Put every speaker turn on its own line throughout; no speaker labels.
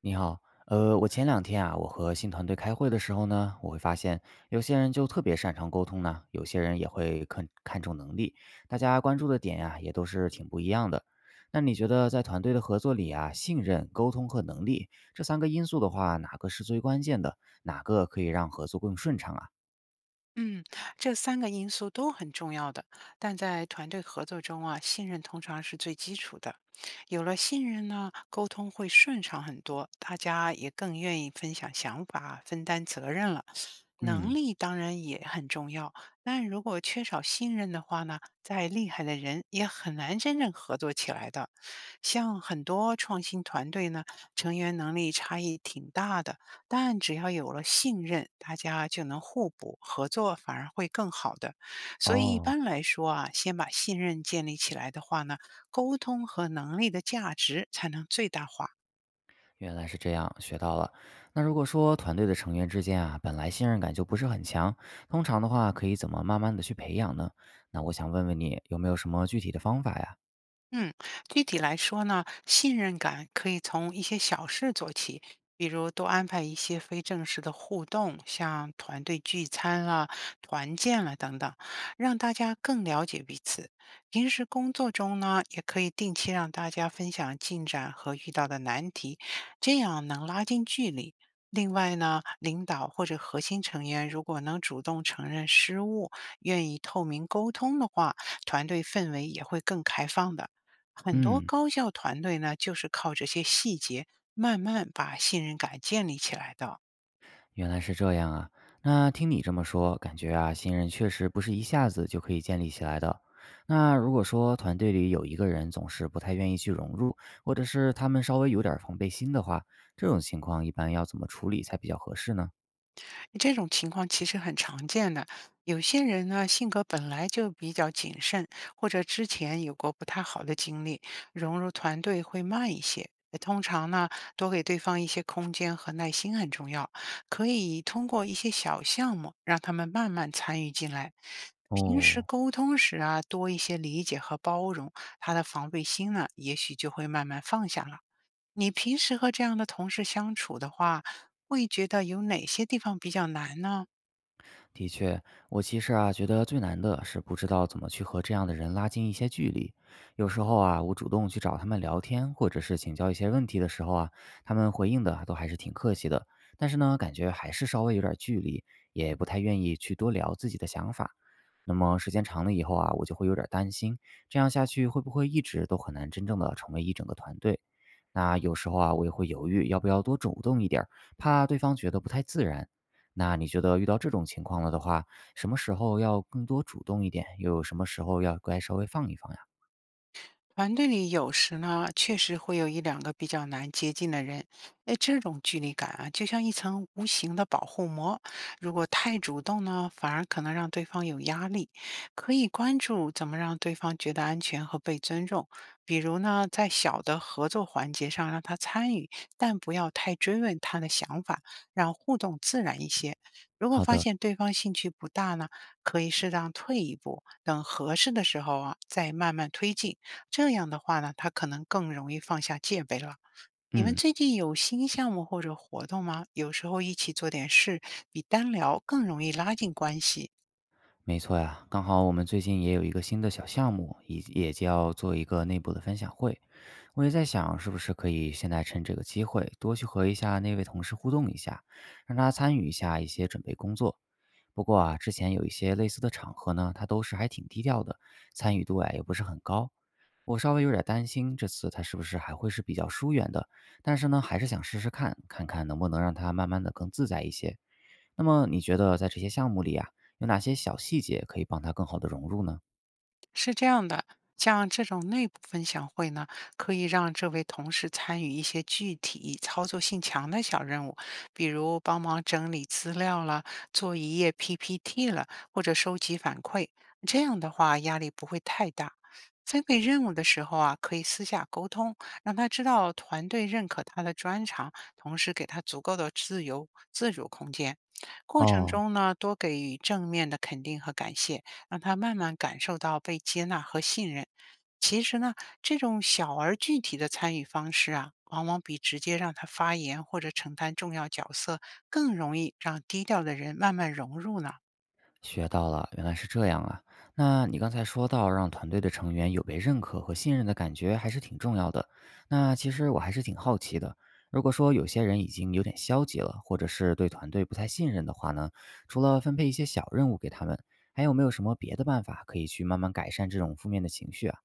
你好，我前两天啊，我和新团队开会的时候呢，我会发现有些人就特别擅长沟通呢，有些人也会看看重能力，大家关注的点呀、也都是挺不一样的。那你觉得在团队的合作里啊，信任、沟通和能力这三个因素的话，哪个是最关键的？哪个可以让合作更顺畅啊？
嗯，这三个因素都很重要的，但在团队合作中啊，信任通常是最基础的。有了信任呢，沟通会顺畅很多，大家也更愿意分享想法、分担责任了。能
嗯，
力当然也很重要，但如果缺少信任的话呢，再厉害的人也很难真正合作起来的。像很多创新团队呢，成员能力差异挺大的。但只要有了信任，大家就能互补，合作反而会更好的。所以一
哦，
般来说啊，先把信任建立起来的话呢，沟通和能力的价值才能最大化。
原来是这样，学到了。那如果说团队的成员之间啊，本来信任感就不是很强，通常的话可以怎么慢慢的去培养呢？那我想问问你，有没有什么具体的方法呀？
嗯，具体来说呢，信任感可以从一些小事做起，比如多安排一些非正式的互动，像团队聚餐啦、团建啦等等，让大家更了解彼此。平时工作中呢，也可以定期让大家分享进展和遇到的难题，这样能拉近距离。另外呢，领导或者核心成员如果能主动承认失误，愿意透明沟通的话，团队氛围也会更开放的。很多
嗯，
高校团队呢，就是靠这些细节慢慢把信任感建立起来的。
原来是这样啊。那听你这么说，感觉啊，信任确实不是一下子就可以建立起来的。那如果说团队里有一个人总是不太愿意去融入，或者是他们稍微有点儿防备心的话，这种情况一般要怎么处理才比较合适呢？
这种情况其实很常见的。有些人呢，性格本来就比较谨慎，或者之前有过不太好的经历，融入团队会慢一些。通常呢，多给对方一些空间和耐心很重要，可以通过一些小项目让他们慢慢参与进来。平时
哦，
沟通时啊，多一些理解和包容，他的防备心呢，也许就会慢慢放下了。你平时和这样的同事相处的话，会觉得有哪些地方比较难呢？
的确，我其实啊，觉得最难的是不知道怎么去和这样的人拉近一些距离。有时候啊，我主动去找他们聊天，或者是请教一些问题的时候啊，他们回应的都还是挺客气的，但是呢，感觉还是稍微有点距离，也不太愿意去多聊自己的想法。那么时间长了以后啊，我就会有点儿担心，这样下去会不会一直都很难真正的成为一整个团队？那有时候啊，我也会犹豫要不要多主动一点儿，怕对方觉得不太自然。那你觉得遇到这种情况了的话，什么时候要更多主动一点，又有什么时候要该稍微放一放呀？
团队里有时呢，确实会有1、2个比较难接近的人，哎，这种距离感啊，就像一层无形的保护膜。如果太主动呢，反而可能让对方有压力。可以关注怎么让对方觉得安全和被尊重，比如呢，在小的合作环节上让他参与，但不要太追问他的想法，让互动自然一些。如果
好
发
的，
现对方兴趣不大呢，可以适当退一步，等合适的时候啊，再慢慢推进。这样的话呢，他可能更容易放下戒备了。你们
嗯，
最近有新项目或者活动吗？有时候一起做点事，比单聊更容易拉近关系。
没错呀，刚好我们最近也有一个新的小项目，也就要做一个内部的分享会。我也在想，是不是可以现在趁这个机会多去和一下那位同事互动一下，让他参与一下一些准备工作。不过啊，之前有一些类似的场合呢，他都是还挺低调的，参与度啊也不是很高。我稍微有点担心这次他是不是还会是比较疏远的，但是呢，还是想试试看，看看能不能让他慢慢的更自在一些。那么你觉得在这些项目里啊，有哪些小细节可以帮他更好的融入呢？
是这样的，像这种内部分享会呢，可以让这位同事参与一些具体、操作性强的小任务，比如帮忙整理资料了、做一页 PPT 了，或者收集反馈。这样的话，压力不会太大。分配任务的时候啊，可以私下沟通，让他知道团队认可他的专长，同时给他足够的自由自主空间。过程
哦，
中呢，多给予正面的肯定和感谢，让他慢慢感受到被接纳和信任。其实呢，这种小而具体的参与方式啊，往往比直接让他发言或者承担重要角色更容易让低调的人慢慢融入呢。
学到了，原来是这样啊。那你刚才说到让团队的成员有被认可和信任的感觉还是挺重要的。那其实我还是挺好奇的，如果说有些人已经有点消极了，或者是对团队不太信任的话呢，除了分配一些小任务给他们，还有没有什么别的办法可以去慢慢改善这种负面的情绪啊？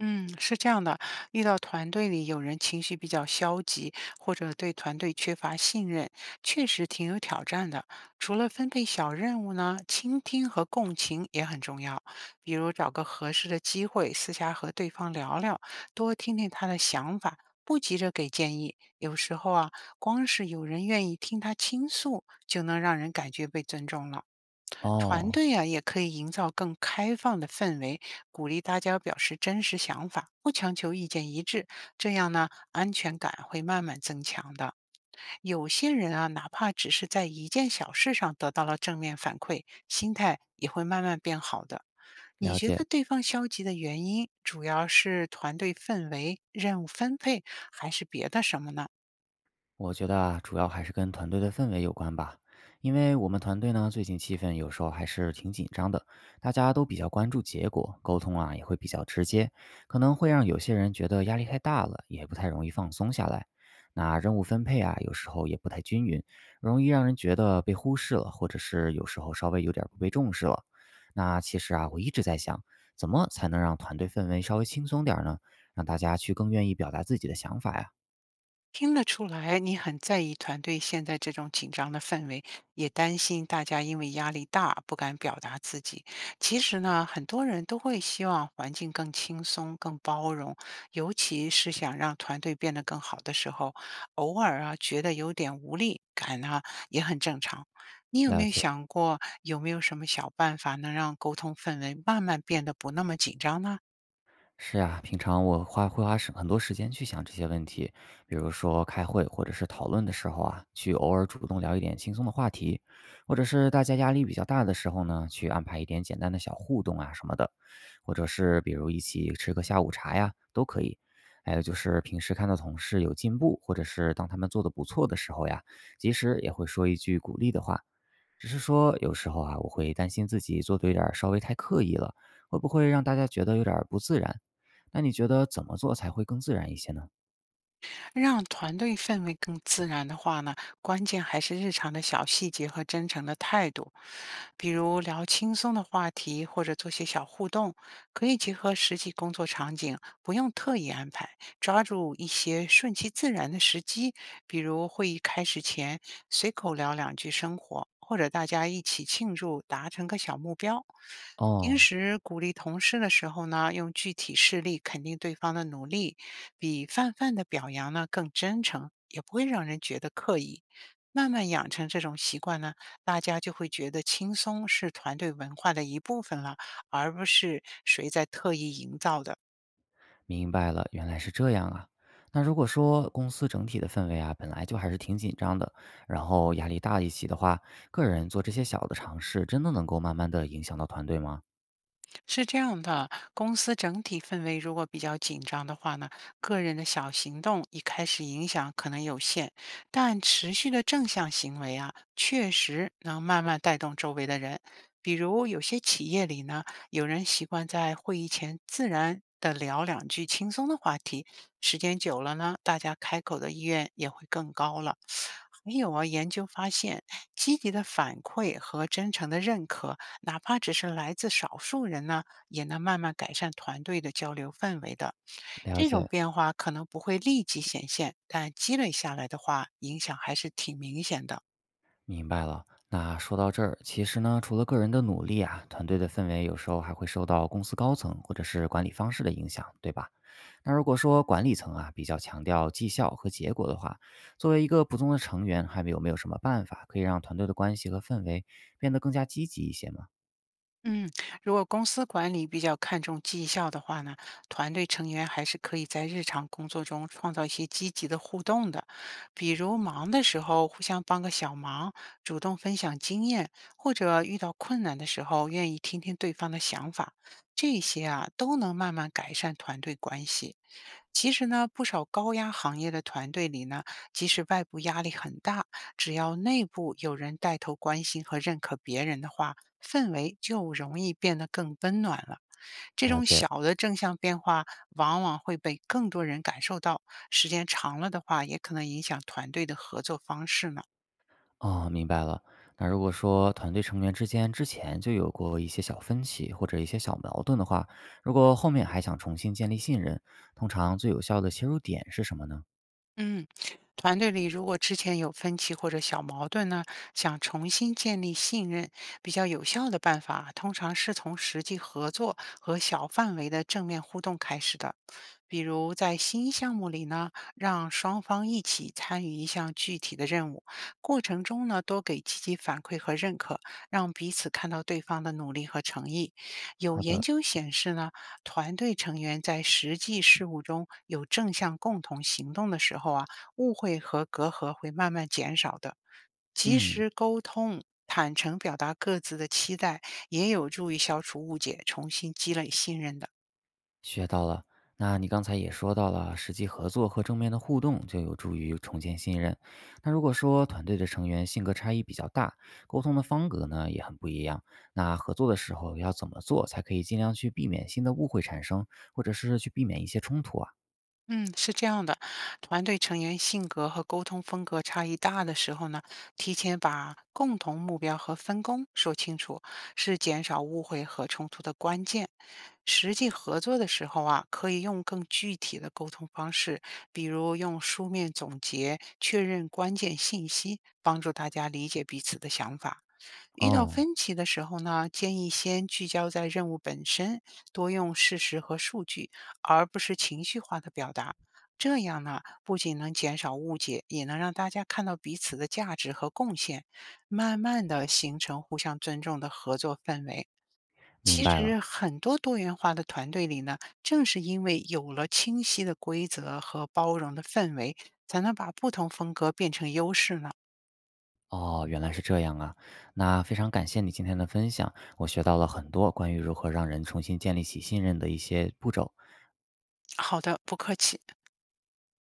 嗯，是这样的，遇到团队里有人情绪比较消极，或者对团队缺乏信任，确实挺有挑战的。除了分配小任务呢，倾听和共情也很重要。比如找个合适的机会，私下和对方聊聊，多听听他的想法，不急着给建议。有时候啊，光是有人愿意听他倾诉，就能让人感觉被尊重了。团
哦，
队啊，也可以营造更开放的氛围，鼓励大家表示真实想法，不强求意见一致，这样呢，安全感会慢慢增强的。有些人啊，哪怕只是在一件小事上得到了正面反馈，心态也会慢慢变好的。你
了
觉
解。
得对方消极的原因，主要是团队氛围、任务分配，还是别的什么呢？
我觉得啊，主要还是跟团队的氛围有关吧。因为我们团队呢，最近气氛有时候还是挺紧张的，大家都比较关注结果，沟通啊也会比较直接，可能会让有些人觉得压力太大了，也不太容易放松下来。那任务分配啊，有时候也不太均匀，容易让人觉得被忽视了，或者是有时候稍微有点儿不被重视了。那其实啊，我一直在想，怎么才能让团队氛围稍微轻松点儿呢？让大家去更愿意表达自己的想法呀？
听得出来，你很在意团队现在这种紧张的氛围，也担心大家因为压力大不敢表达自己。其实呢，很多人都会希望环境更轻松、更包容，尤其是想让团队变得更好的时候，偶尔啊觉得有点无力感呢，也很正常。你有没
了
有
解。
想过，有没有什么小办法能让沟通氛围慢慢变得不那么紧张呢？
是呀，平常我花很多时间去想这些问题，比如说开会或者是讨论的时候啊，去偶尔主动聊一点轻松的话题，或者是大家压力比较大的时候呢，去安排一点简单的小互动啊什么的，或者是比如一起吃个下午茶呀，都可以。还有就是平时看到同事有进步，或者是当他们做的不错的时候呀，及时也会说一句鼓励的话，只是说有时候啊，我会担心自己做的有点儿稍微太刻意了，会不会让大家觉得有点儿不自然？那你觉得怎么做才会更自然一些呢？
让团队氛围更自然的话呢，关键还是日常的小细节和真诚的态度，比如聊轻松的话题或者做些小互动，可以结合实际工作场景，不用特意安排，抓住一些顺其自然的时机，比如会议开始前随口聊两句生活，或者大家一起庆祝达成个小目标。平
哦，
时鼓励同事的时候呢，用具体事例肯定对方的努力，比泛泛的表扬呢更真诚，也不会让人觉得刻意。慢慢养成这种习惯呢，大家就会觉得轻松是团队文化的一部分了，而不是谁在特意营造的。
明白了，原来是这样啊。那如果说公司整体的氛围啊，本来就还是挺紧张的，然后压力大一些的话，个人做这些小的尝试，真的能够慢慢的影响到团队吗？
是这样的，公司整体氛围如果比较紧张的话呢，个人的小行动一开始影响可能有限，但持续的正向行为啊，确实能慢慢带动周围的人。比如有些企业里呢，有人习惯在会议前自然的聊两句轻松的话题，时间久了呢，大家开口的意愿也会更高了。还有啊，研究发现，积极的反馈和真诚的认可哪怕只是来自少数人呢，也能慢慢改善团队的交流氛围的。
了
这种
解，
变化可能不会立即显现，但积累下来的话，影响还是挺明显的。
明白了。那说到这儿，其实呢，除了个人的努力啊，团队的氛围有时候还会受到公司高层或者是管理方式的影响，对吧？那如果说管理层啊比较强调绩效和结果的话，作为一个普通的成员，还有没有什么办法可以让团队的关系和氛围变得更加积极一些吗？
嗯，如果公司管理比较看重绩效的话呢，团队成员还是可以在日常工作中创造一些积极的互动的，比如忙的时候互相帮个小忙，主动分享经验，或者遇到困难的时候愿意听听对方的想法，这些啊都能慢慢改善团队关系。其实呢，不少高压行业的团队里呢，即使外部压力很大，只要内部有人带头关心和认可别人的话，氛围就容易变得更温暖了。这
了
种小
解。
的正向变化往往会被更多人感受到，时间长了的话，也可能影响团队的合作方式呢。
哦，明白了。那如果说团队成员之间之前就有过一些小分歧或者一些小矛盾的话，如果后面还想重新建立信任，通常最有效的切入点是什么呢？
嗯，团队里如果之前有分歧或者小矛盾呢，想重新建立信任，比较有效的办法，通常是从实际合作和小范围的正面互动开始的。比如在新项目里呢，让双方一起参与一项具体的任务，过程中呢，多给积极反馈和认可，让彼此看到对方的努力和诚意。有
好
研
的，
究显示呢。团队成员在实际事务中有正向共同行动的时候啊，误会和隔阂会慢慢减少的。及
嗯，
时沟通、坦诚表达各自的期待，也有助于消除误解，重新积累信任的。
学到了。那你刚才也说到了，实际合作和正面的互动就有助于重建信任。那如果说团队的成员性格差异比较大，沟通的方格呢也很不一样，那合作的时候要怎么做才可以尽量去避免新的误会产生，或者是去避免一些冲突啊？
嗯，是这样的，团队成员性格和沟通风格差异大的时候呢，提前把共同目标和分工说清楚，是减少误会和冲突的关键。实际合作的时候啊，可以用更具体的沟通方式，比如用书面总结、确认关键信息，帮助大家理解彼此的想法。遇到
哦，
分歧的时候呢，建议先聚焦在任务本身，多用事实和数据，而不是情绪化的表达。这样呢，不仅能减少误解，也能让大家看到彼此的价值和贡献，慢慢的形成互相尊重的合作氛围。
明
其
白
实，
了。
很多多元化的团队里呢，正是因为有了清晰的规则和包容的氛围，才能把不同风格变成优势呢。
哦，原来是这样啊。那非常感谢你今天的分享，我学到了很多关于如何让人重新建立起信任的一些步骤。
好的，不客气。